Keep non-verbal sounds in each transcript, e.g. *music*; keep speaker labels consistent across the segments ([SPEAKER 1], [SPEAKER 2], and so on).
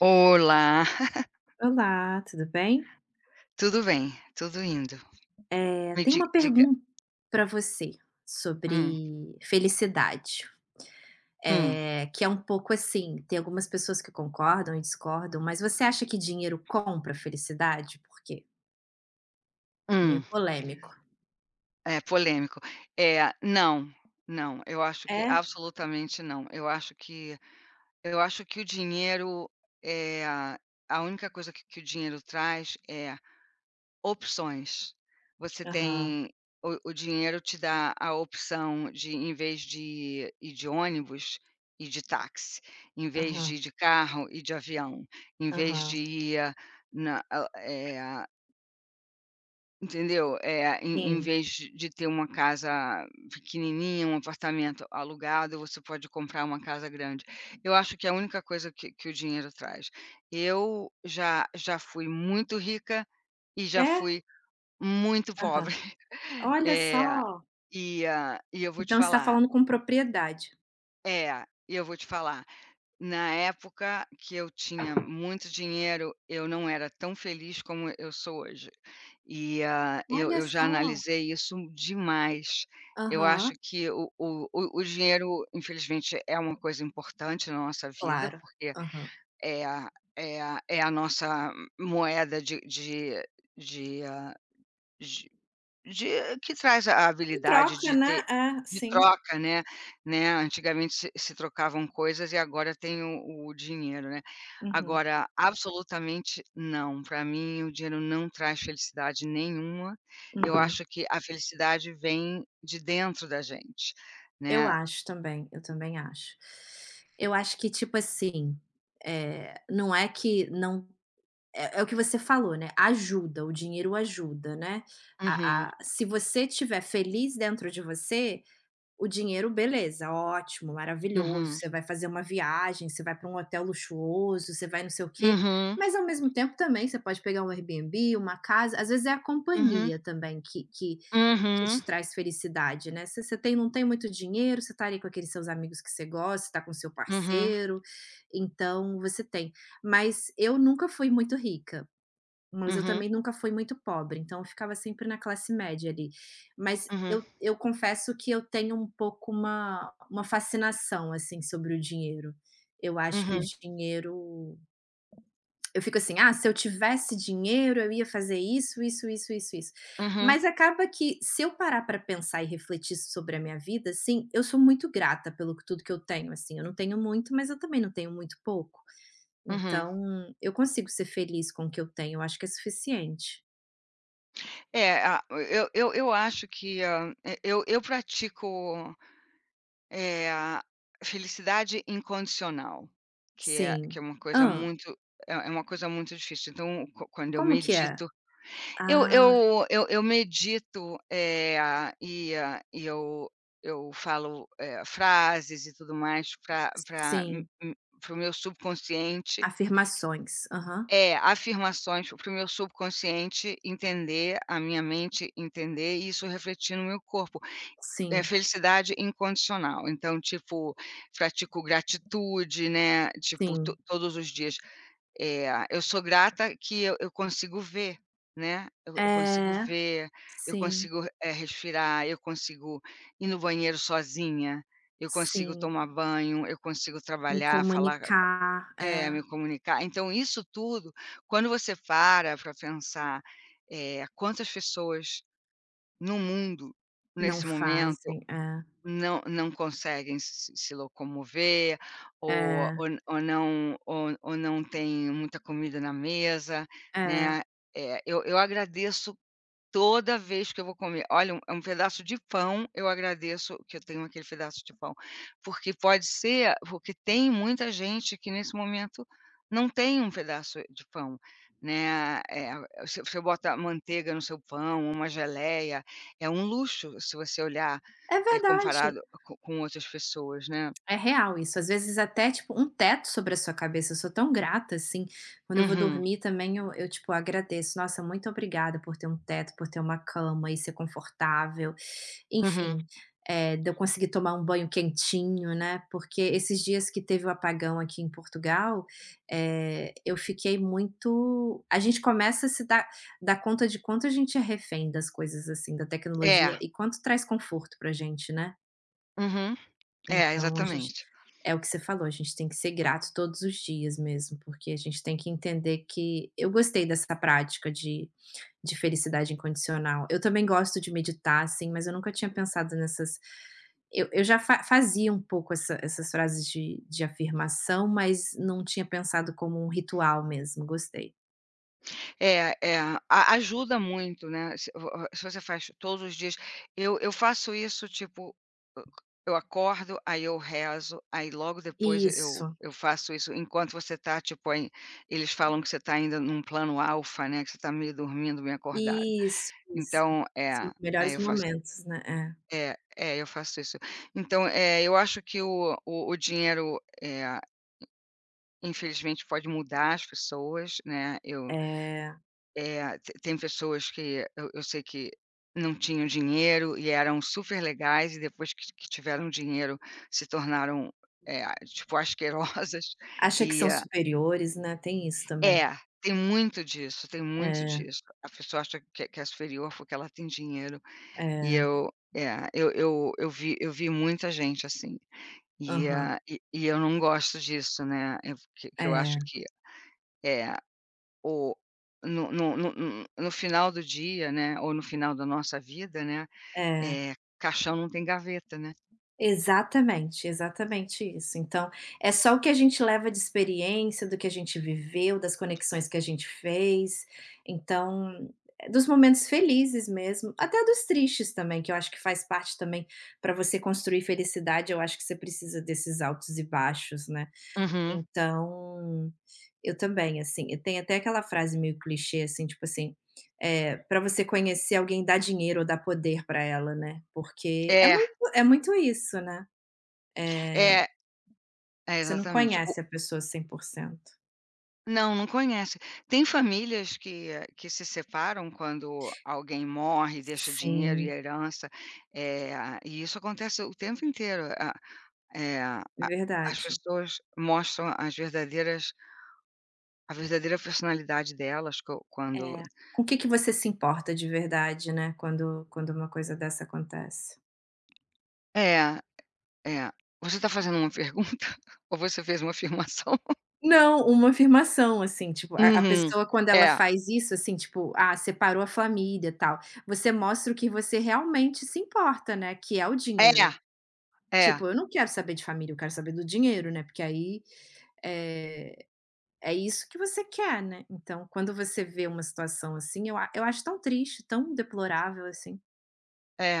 [SPEAKER 1] Olá, *laughs*
[SPEAKER 2] Olá, tudo bem?
[SPEAKER 1] tudo bem, tudo indo. Me
[SPEAKER 2] Tenho
[SPEAKER 1] di
[SPEAKER 2] uma
[SPEAKER 1] diga.
[SPEAKER 2] pergunta para você
[SPEAKER 1] hum,
[SPEAKER 2] sobre felicidade,
[SPEAKER 1] hum,
[SPEAKER 2] que é um pouco assim, tem algumas pessoas que concordam e discordam, mas você acha que dinheiro compra felicidade? Por quê? Meio
[SPEAKER 1] hum,
[SPEAKER 2] polêmico.
[SPEAKER 1] É polêmico. É, não, não, eu acho que
[SPEAKER 2] É?
[SPEAKER 1] absolutamente não. Eu acho que o dinheiro, é a única coisa que o dinheiro traz é opções. Você
[SPEAKER 2] Aham,
[SPEAKER 1] tem O dinheiro te dá a opção de, em vez de ir de ônibus, ir de táxi, em vez de
[SPEAKER 2] aham,
[SPEAKER 1] ir de carro, ir de avião, em vez de
[SPEAKER 2] aham.
[SPEAKER 1] ir eh, na a eh, entendeu? É em
[SPEAKER 2] Sim.
[SPEAKER 1] vez de ter uma casa pequenininha, um apartamento alugado, você pode comprar uma casa grande. Eu acho que é a única coisa que o dinheiro traz. Eu já fui muito rica e já
[SPEAKER 2] É?
[SPEAKER 1] fui muito
[SPEAKER 2] Aham.
[SPEAKER 1] pobre. *laughs*
[SPEAKER 2] Olha
[SPEAKER 1] Eh,
[SPEAKER 2] só!
[SPEAKER 1] e eu vou te
[SPEAKER 2] Então você está
[SPEAKER 1] falar.
[SPEAKER 2] falando com propriedade.
[SPEAKER 1] É, e eu vou te falar, na época que eu tinha muito dinheiro, eu não era tão feliz como eu sou hoje. Eu
[SPEAKER 2] Olha
[SPEAKER 1] eu já
[SPEAKER 2] só!
[SPEAKER 1] analisei isso demais. Eu
[SPEAKER 2] Aham,
[SPEAKER 1] acho que o dinheiro, infelizmente, é uma coisa importante na nossa vida,
[SPEAKER 2] claro.
[SPEAKER 1] porque
[SPEAKER 2] Aham.
[SPEAKER 1] é a é a é a nossa moeda de, ah, de que traz a
[SPEAKER 2] Em
[SPEAKER 1] habilidade
[SPEAKER 2] troca,
[SPEAKER 1] de ter
[SPEAKER 2] né? É,
[SPEAKER 1] de
[SPEAKER 2] sim.
[SPEAKER 1] troca, né. Antigamente se trocavam coisas e agora tem o dinheiro, né.
[SPEAKER 2] Uhum,
[SPEAKER 1] Agora, absolutamente não. Para mim o dinheiro não traz felicidade nenhuma, eu
[SPEAKER 2] uhum.
[SPEAKER 1] acho que a felicidade vem de dentro da gente,
[SPEAKER 2] Eu
[SPEAKER 1] né.
[SPEAKER 2] acho também, eu também acho. Eu acho que, tipo assim, não é que não é o que você falou, né, ajuda, o dinheiro ajuda, né.
[SPEAKER 1] Uhum,
[SPEAKER 2] A Se você estiver feliz dentro de você, o dinheiro, beleza, ótimo, maravilhoso,
[SPEAKER 1] uhum,
[SPEAKER 2] você vai fazer uma viagem, você vai para um hotel luxuoso, você vai não sei o quê,
[SPEAKER 1] uhum,
[SPEAKER 2] mas ao mesmo tempo também você pode pegar um Airbnb, uma casa às vezes é a
[SPEAKER 1] uhum,
[SPEAKER 2] companhia também que
[SPEAKER 1] uhum,
[SPEAKER 2] te traz felicidade, né. Se você tem não tem muito dinheiro, você tá ali com aqueles seus amigos que você gosta, você tá com seu
[SPEAKER 1] uhum,
[SPEAKER 2] parceiro, então você tem. Mas eu nunca fui muito rica, mas eu
[SPEAKER 1] uhum,
[SPEAKER 2] também nunca fui muito pobre, então eu ficava sempre na classe média ali. Mas
[SPEAKER 1] uhum,
[SPEAKER 2] eu confesso que eu tenho um pouco uma fascinação, assim, sobre o dinheiro. Eu
[SPEAKER 1] uhum,
[SPEAKER 2] acho que o
[SPEAKER 1] uhum,
[SPEAKER 2] dinheiro eu fico assim: "Ah, se eu tivesse dinheiro, eu ia fazer isso, isso, isso, isso, isso".
[SPEAKER 1] uhum.
[SPEAKER 2] Mas acaba que se eu parar para pensar e refletir sobre a minha vida, assim, eu sou muito grata pelo que tudo que eu tenho, assim, eu não tenho muito, mas eu também não tenho muito pouco.
[SPEAKER 1] uhum.
[SPEAKER 2] Então, eu consigo ser feliz com o que eu tenho, eu acho que é suficiente.
[SPEAKER 1] É, a eu acho que, eu pratico, a felicidade incondicional, que é
[SPEAKER 2] Sim.
[SPEAKER 1] uma coisa
[SPEAKER 2] Ah,
[SPEAKER 1] muito uma coisa muito difícil. Então, quando eu
[SPEAKER 2] como que é?
[SPEAKER 1] medito, eu
[SPEAKER 2] Ah,
[SPEAKER 1] eu eu eu medito, e a e eu falo, frases e tudo mais pra pra
[SPEAKER 2] sim,
[SPEAKER 1] para o meu subconsciente.
[SPEAKER 2] afirmações. Aham.
[SPEAKER 1] É, afirmações para o meu subconsciente entender, a minha mente entender e isso refletir no meu corpo. É
[SPEAKER 2] Sim,
[SPEAKER 1] felicidade incondicional, então, tipo, pratico gratitude, né, tipo, to
[SPEAKER 2] sim.
[SPEAKER 1] todos os dias. Eu sou grata que eu consigo ver, né, eu consigo
[SPEAKER 2] É,
[SPEAKER 1] ver, eu
[SPEAKER 2] sim,
[SPEAKER 1] consigo, respirar, eu consigo ir no banheiro sozinha, eu consigo
[SPEAKER 2] sim.
[SPEAKER 1] tomar banho, eu consigo
[SPEAKER 2] Me
[SPEAKER 1] trabalhar, falar,
[SPEAKER 2] comunicar, é.
[SPEAKER 1] é, me comunicar. Então isso tudo, quando você para pensar, quantas pessoas no mundo,
[SPEAKER 2] Não
[SPEAKER 1] nesse momento,
[SPEAKER 2] fazem. É,
[SPEAKER 1] não conseguem se locomover ou
[SPEAKER 2] é,
[SPEAKER 1] ou ou não ou ou não tem muita comida na mesa,
[SPEAKER 2] é.
[SPEAKER 1] né. Eu agradeço. Toda vez que eu vou comer, olha, é um pedaço de pão, eu agradeço que eu tenho aquele pedaço de pão, porque pode ser porque tem muita gente que nesse momento não tem um pedaço de pão, né, você bota manteiga no seu pão, uma geleia, é um luxo se você olhar,
[SPEAKER 2] É
[SPEAKER 1] é
[SPEAKER 2] verdade.
[SPEAKER 1] comparado co com outras pessoas, né.
[SPEAKER 2] É real isso, às vezes até, tipo, um teto sobre a sua cabeça, eu sou tão grata, assim, quando eu vou
[SPEAKER 1] Uhum,
[SPEAKER 2] dormir também eu, tipo, agradeço, nossa, muito obrigada por ter um teto, por ter uma cama e ser confortável,
[SPEAKER 1] uhum.
[SPEAKER 2] enfim, de eu conseguir tomar um banho quentinho, né, porque esses dias que teve o apagão aqui em Portugal, eu fiquei muito a gente começa a se dar conta de quanto a gente é refém das coisas, assim, da
[SPEAKER 1] É,
[SPEAKER 2] tecnologia e quanto traz conforto pra gente, né.
[SPEAKER 1] uhum, é,
[SPEAKER 2] Então a gente
[SPEAKER 1] exatamente.
[SPEAKER 2] é o que você falou, a gente tem que ser grato todos os dias mesmo, porque a gente tem que entender que eu gostei dessa prática de felicidade incondicional. Eu também gosto de meditar, assim, mas eu nunca tinha pensado nessas eu já fa fazia um pouco essas frases de afirmação, mas não tinha pensado como um ritual mesmo, gostei.
[SPEAKER 1] É, é, a ajuda muito, né, se se você faz todos os dias. Eu faço isso, tipo, eu eu acordo, aí eu rezo, aí logo depois eu
[SPEAKER 2] Isso,
[SPEAKER 1] eu faço isso enquanto você tá, tipo, aí eles falam que você tá ainda num plano alfa, né, que você tá meio dormindo, meio acordado.
[SPEAKER 2] isso, isso.
[SPEAKER 1] Então,
[SPEAKER 2] São os melhores
[SPEAKER 1] eu faço
[SPEAKER 2] momentos, né,
[SPEAKER 1] é, é, eu faço isso. Então, é, eu acho que o dinheiro, infelizmente pode mudar as pessoas, né, eu
[SPEAKER 2] é. Eh,
[SPEAKER 1] eh, te tem pessoas que eu sei que não tinham dinheiro e eram super legais e depois que tiveram dinheiro se tornaram, tipo asquerosas. *laughs*
[SPEAKER 2] acha que
[SPEAKER 1] e
[SPEAKER 2] são
[SPEAKER 1] a
[SPEAKER 2] superiores, né, tem isso também.
[SPEAKER 1] É, tem muito disso, tem muito
[SPEAKER 2] É,
[SPEAKER 1] disso. A pessoa acha que é superior porque ela tem dinheiro.
[SPEAKER 2] é.
[SPEAKER 1] Eu vi, muita gente assim,
[SPEAKER 2] Aham.
[SPEAKER 1] e eu não gosto disso, né, eu que eu acho
[SPEAKER 2] É,
[SPEAKER 1] que é ou no final do dia, né, ou no final da nossa vida, né,
[SPEAKER 2] é.
[SPEAKER 1] eh, caixão não tem gaveta, né.
[SPEAKER 2] Exatamente, exatamente isso. Então, é só o que a gente leva de experiência, do que a gente viveu, das conexões que a gente fez, então, dos momentos felizes mesmo, até dos tristes também, que eu acho que faz parte também, para você construir felicidade, eu acho que você precisa desses altos e baixos, né.
[SPEAKER 1] Uhum.
[SPEAKER 2] Então, eu também, assim, e tem até aquela frase meio clichê, assim, tipo assim, é para você conhecer alguém, dá dinheiro ou dá poder para ela, né, porque
[SPEAKER 1] É,
[SPEAKER 2] é muito isso, né,
[SPEAKER 1] é, é
[SPEAKER 2] você não
[SPEAKER 1] exatamente. O
[SPEAKER 2] conhece a pessoa 100%.
[SPEAKER 1] Não, não conhece. Tem famílias que que se separam quando alguém morre, deixa dinheiro e
[SPEAKER 2] Sim,
[SPEAKER 1] herança, isso acontece o tempo inteiro. A eh, a As
[SPEAKER 2] verdade.
[SPEAKER 1] pessoas mostram as verdadeira personalidade delas co quando
[SPEAKER 2] É. Com o que que você se importa de verdade, né, quando uma coisa dessa acontece?
[SPEAKER 1] é. É. Você está fazendo uma pergunta? *laughs* Ou você fez uma afirmação?
[SPEAKER 2] Não, uma afirmação, assim, tipo, a
[SPEAKER 1] Uhum.
[SPEAKER 2] pessoa quando ela
[SPEAKER 1] É,
[SPEAKER 2] faz isso, assim, tipo, ah, separou a família, tal, você mostra o que você realmente se importa, né, que é o
[SPEAKER 1] é,
[SPEAKER 2] dinheiro.
[SPEAKER 1] é,
[SPEAKER 2] Tipo, eu não quero saber de família, eu quero saber do dinheiro, né, porque aí, é é isso que você quer, né. Então, quando você vê uma situação assim, eu acho tão triste, tão deplorável, assim.
[SPEAKER 1] é.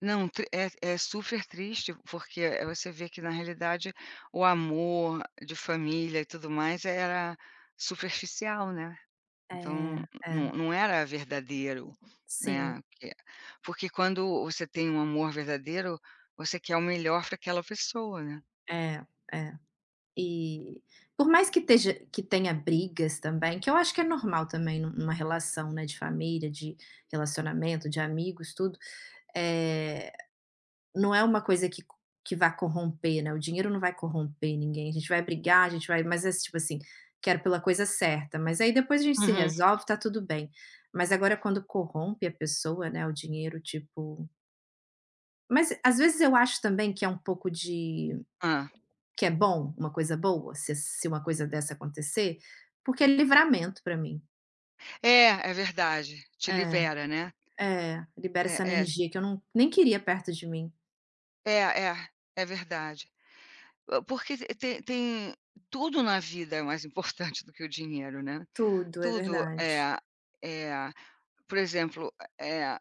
[SPEAKER 1] Não, tri é é super triste, porque, você vê que na realidade o amor de família e tudo mais era superficial, né. Então
[SPEAKER 2] É, é.
[SPEAKER 1] não era verdadeiro,
[SPEAKER 2] Sim,
[SPEAKER 1] né, que porque quando você tem um amor verdadeiro, você quer o melhor para aquela pessoa, né.
[SPEAKER 2] é, é. E por mais que esteja que tenha brigas também, que eu acho que é normal também nu numa relação, né, de família, de relacionamento, de amigos, tudo, é não é uma coisa que vai corromper, né, o dinheiro não vai corromper ninguém, a gente vai brigar, a gente vai mas é tipo assim, quero pela coisa certa, mas aí depois a gente se
[SPEAKER 1] Uhum.
[SPEAKER 2] resolve, tá tudo bem. Mas agora quando corrompe a pessoa, né, o dinheiro, tipo mas às vezes eu acho também que é um pouco de
[SPEAKER 1] Hã.
[SPEAKER 2] que é bom, uma coisa boa, se uma coisa dessa acontecer, porque é livramento pra mim.
[SPEAKER 1] É, é verdade. Te
[SPEAKER 2] É,
[SPEAKER 1] libera, né.
[SPEAKER 2] é, libera
[SPEAKER 1] É
[SPEAKER 2] essa
[SPEAKER 1] é
[SPEAKER 2] energia que eu não nem queria perto de mim.
[SPEAKER 1] É, é verdade. Hã, porque te tem tem tudo na vida é mais *laughs* importante do que o dinheiro, né.
[SPEAKER 2] Tudo, é
[SPEAKER 1] Tudo,
[SPEAKER 2] verdade.
[SPEAKER 1] é, por exemplo, é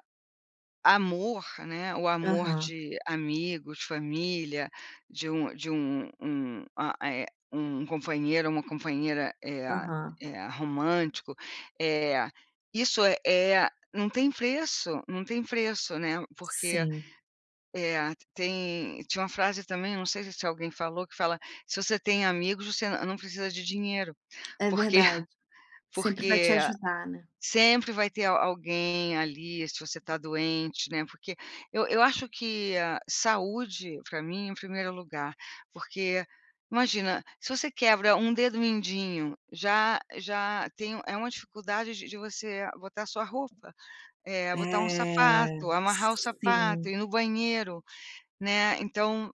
[SPEAKER 1] amor, né, o amor
[SPEAKER 2] Aham,
[SPEAKER 1] de amigos, família, de um um a eh, um companheiro, uma companheira,
[SPEAKER 2] aham.
[SPEAKER 1] é romântico. É, isso não tem preço, não tem preço, né, porque
[SPEAKER 2] Sim,
[SPEAKER 1] é, tem tinha uma frase também, não sei se alguém falou, que fala: "Se você tem amigos, você não precisa de dinheiro",
[SPEAKER 2] é
[SPEAKER 1] porque
[SPEAKER 2] verdade.
[SPEAKER 1] *laughs*
[SPEAKER 2] Sempre vai te
[SPEAKER 1] porque
[SPEAKER 2] ajudar, né.
[SPEAKER 1] sempre vai ter al alguém ali, se você está doente, né, porque eu acho que a saúde, para mim, em primeiro lugar, porque imagina, se você quebra um dedo mindinho, já tem é uma dificuldade de você botar sua roupa, é botar um
[SPEAKER 2] É,
[SPEAKER 1] sapato, amarrar o sapato,
[SPEAKER 2] sim,
[SPEAKER 1] ir no banheiro, né, então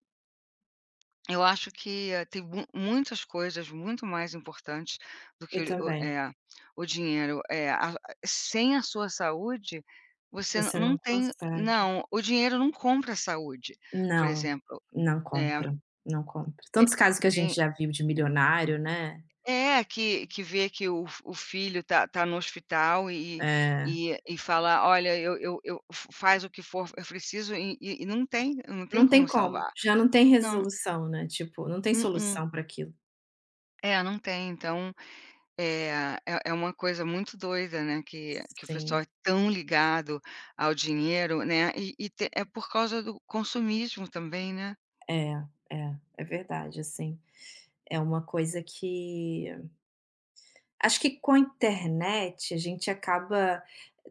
[SPEAKER 1] eu acho que, tem mu muitas coisas muito mais importantes do
[SPEAKER 2] eu
[SPEAKER 1] que
[SPEAKER 2] também.
[SPEAKER 1] o dinheiro. Sem a sua saúde, você
[SPEAKER 2] Você
[SPEAKER 1] não
[SPEAKER 2] não
[SPEAKER 1] tem,
[SPEAKER 2] consegue.
[SPEAKER 1] o dinheiro não compra a saúde. Por
[SPEAKER 2] Não,
[SPEAKER 1] exemplo,
[SPEAKER 2] não
[SPEAKER 1] eh,
[SPEAKER 2] compra, não compra.
[SPEAKER 1] te
[SPEAKER 2] Tantos casos que a gente
[SPEAKER 1] tem
[SPEAKER 2] já viu de milionário, né.
[SPEAKER 1] é, que vê que o o filho tá no hospital e
[SPEAKER 2] É.
[SPEAKER 1] fala: "Olha, eu fa faz o que for, eu preciso", e não tem, não tem
[SPEAKER 2] Não tem
[SPEAKER 1] como
[SPEAKER 2] como,
[SPEAKER 1] salvar.
[SPEAKER 2] já não tem
[SPEAKER 1] Não,
[SPEAKER 2] resolução, né, tipo, não tem
[SPEAKER 1] mm
[SPEAKER 2] solução para aquilo.
[SPEAKER 1] é, não tem. Então é, é uma coisa muito doida, né, que o pessoal é
[SPEAKER 2] Sim,
[SPEAKER 1] tão ligado ao dinheiro, né, e te é por causa do consumismo também, né.
[SPEAKER 2] é, é, é verdade, assim. É uma coisa que acho que com a internet a gente acaba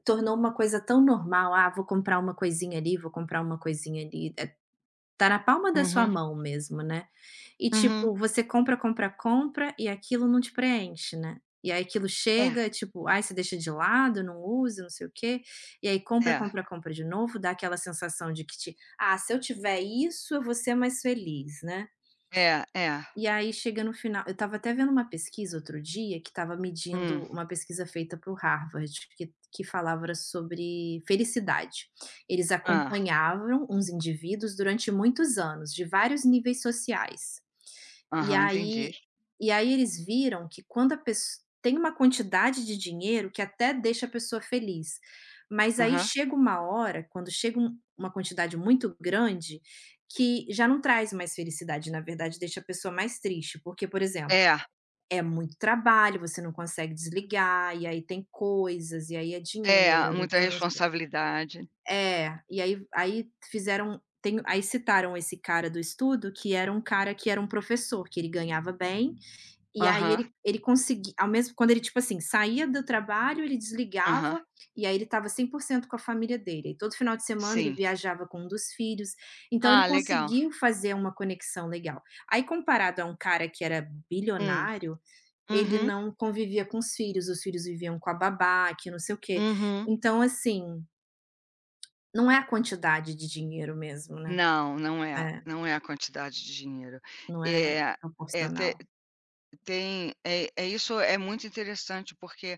[SPEAKER 2] tornou uma coisa tão normal, "Ah, vou comprar uma coisinha ali, vou comprar uma coisinha ali". Tá na palma da sua
[SPEAKER 1] Uhum,
[SPEAKER 2] mão mesmo, né. E
[SPEAKER 1] uhum.
[SPEAKER 2] tipo, você compra, compra, compra e aquilo não te preenche, né. E aí aquilo
[SPEAKER 1] É,
[SPEAKER 2] chega, tipo, ai, você deixa de lado, não usa, não sei o quê, e aí compra,
[SPEAKER 1] é,
[SPEAKER 2] compra, compra de novo, dá aquela sensação de que te: "Ah, se eu tiver isso, eu vou ser mais feliz", né.
[SPEAKER 1] é.
[SPEAKER 2] E aí chega no final eu estava até vendo uma pesquisa outro dia que estava medindo
[SPEAKER 1] Hum.
[SPEAKER 2] uma pesquisa feita para o Harvard que falava sobre felicidade. Eles
[SPEAKER 1] Ah.
[SPEAKER 2] acompanhavam uns indivíduos durante muitos anos, de vários níveis sociais. E
[SPEAKER 1] Aham, entendi.
[SPEAKER 2] aí e aí eles viram que quando a pessoa tem uma quantidade de dinheiro que até deixa a pessoa feliz, mas aí
[SPEAKER 1] Aham.
[SPEAKER 2] chega uma hora, quando chega uma quantidade muito grande, que já não traz mais felicidade, na verdade deixa a pessoa mais triste, porque, por exemplo,
[SPEAKER 1] É,
[SPEAKER 2] é muito trabalho, você não consegue desligar, e aí tem coisas, e aí é
[SPEAKER 1] é,
[SPEAKER 2] dinheiro
[SPEAKER 1] muita
[SPEAKER 2] que eu não sei
[SPEAKER 1] responsabilidade.
[SPEAKER 2] é, e aí fizeram tem aí citaram esse cara do estudo que era um cara que era um professor, que ele ganhava bem, e aí
[SPEAKER 1] Aham,
[SPEAKER 2] ele conseguia ao mesmo quando ele, tipo assim, saía do trabalho, ele
[SPEAKER 1] aham,
[SPEAKER 2] desligava, e aí ele estava 100% com a família dele. Aí todo final de semana ele
[SPEAKER 1] sim.
[SPEAKER 2] viajava com um dos filhos, então ele
[SPEAKER 1] Ah, legal.
[SPEAKER 2] conseguiu fazer uma conexão legal. Aí comparado a um cara que era
[SPEAKER 1] Hum.
[SPEAKER 2] bilionário, ele
[SPEAKER 1] Uhum,
[SPEAKER 2] não convivia com os filhos viviam com a babá, que não sei o quê.
[SPEAKER 1] uhum.
[SPEAKER 2] Então assim, não é a quantidade de dinheiro mesmo, né.
[SPEAKER 1] Não, não é,
[SPEAKER 2] É,
[SPEAKER 1] não é a quantidade de dinheiro.
[SPEAKER 2] não é
[SPEAKER 1] É é te
[SPEAKER 2] proporcional.
[SPEAKER 1] Tem é, é isso é muito interessante, porque,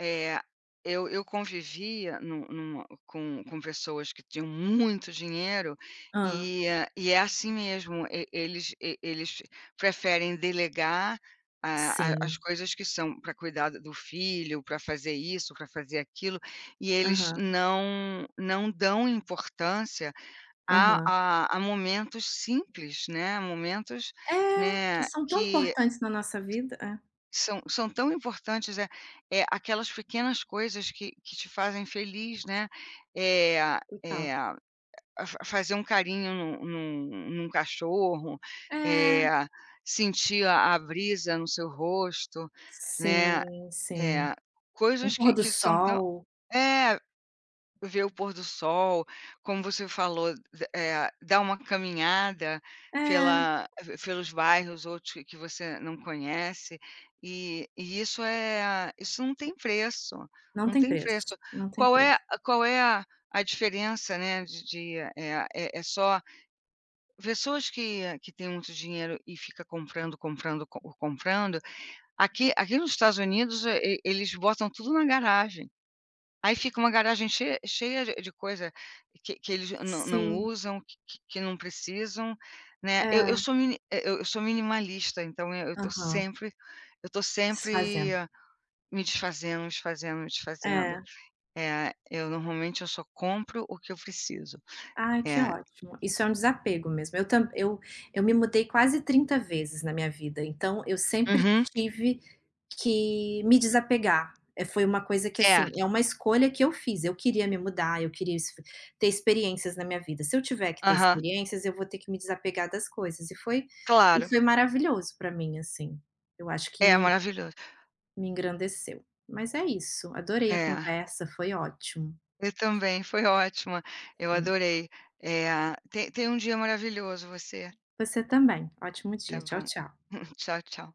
[SPEAKER 1] eh, eu convivia numa com pessoas que tinham muito dinheiro
[SPEAKER 2] Hã.
[SPEAKER 1] e é assim mesmo, e eles preferem delegar a as
[SPEAKER 2] Sim.
[SPEAKER 1] coisas que são para cuidar do filho, para fazer isso, para fazer aquilo, e eles
[SPEAKER 2] Aham,
[SPEAKER 1] não dão importância
[SPEAKER 2] aham.
[SPEAKER 1] a momentos simples, né, momentos,
[SPEAKER 2] É, que
[SPEAKER 1] né,
[SPEAKER 2] são tão
[SPEAKER 1] que
[SPEAKER 2] importantes na nossa vida. É,
[SPEAKER 1] são tão importantes, é é aquelas pequenas coisas que te fazem feliz, né, é eh,
[SPEAKER 2] total.
[SPEAKER 1] a fa fazer um carinho num cachorro,
[SPEAKER 2] É,
[SPEAKER 1] eh, sentir a brisa no seu rosto, né,
[SPEAKER 2] sim, sim.
[SPEAKER 1] eh,
[SPEAKER 2] Um
[SPEAKER 1] coisas
[SPEAKER 2] pôr do
[SPEAKER 1] que são tão
[SPEAKER 2] sol.
[SPEAKER 1] é. Ver o pôr do sol, como você falou, dar uma caminhada
[SPEAKER 2] É,
[SPEAKER 1] pelos bairros, outros que você não conhece, e isso isso não tem preço,
[SPEAKER 2] não
[SPEAKER 1] não
[SPEAKER 2] tem
[SPEAKER 1] tem
[SPEAKER 2] preço,
[SPEAKER 1] preço.
[SPEAKER 2] não tem preço.
[SPEAKER 1] Qual é a diferença, né, de eh, é é é só pessoas que que têm muito dinheiro e fica comprando, comprando, co comprando, aqui nos Estados Unidos, e eles botam tudo na garagem. Aí fica uma garagem cheia de coisa que eles não
[SPEAKER 2] Sim,
[SPEAKER 1] usam, que que não precisam, né. Eu
[SPEAKER 2] é.
[SPEAKER 1] sou eu sou minimalista, então eu estou
[SPEAKER 2] Aham.
[SPEAKER 1] sempre eu tô sempre
[SPEAKER 2] Desfazendo.
[SPEAKER 1] ah, me desfazendo, me desfazendo, me desfazendo.
[SPEAKER 2] É.
[SPEAKER 1] É, eu normalmente eu só compro o que eu preciso.
[SPEAKER 2] Ai, que
[SPEAKER 1] É.
[SPEAKER 2] ótimo. Isso é um desapego mesmo. Eu tam eu me mudei quase 30 vezes na minha vida, então eu sempre
[SPEAKER 1] Uhum.
[SPEAKER 2] tive que me desapegar. Foi uma coisa que,
[SPEAKER 1] É.
[SPEAKER 2] assim, é uma escolha que eu fiz. Eu queria me mudar, eu queria es ter experiências na minha vida. Se eu tiver que ter
[SPEAKER 1] Aham.
[SPEAKER 2] experiências, eu vou ter que me desapegar das coisas. E
[SPEAKER 1] Claro.
[SPEAKER 2] foi maravilhoso para mim, assim. Eu acho que
[SPEAKER 1] É
[SPEAKER 2] me
[SPEAKER 1] maravilhoso.
[SPEAKER 2] me engrandeceu. Mas é isso, adorei a
[SPEAKER 1] É.
[SPEAKER 2] conversa, foi ótimo.
[SPEAKER 1] Eu também, foi ótima. Eu
[SPEAKER 2] Sim.
[SPEAKER 1] adorei. Eh, tem tenha um dia maravilhoso você.
[SPEAKER 2] Você também. Ótimo dia.
[SPEAKER 1] Tá
[SPEAKER 2] Tchau,
[SPEAKER 1] bom.
[SPEAKER 2] tchau.
[SPEAKER 1] *laughs* Tchau, tchau.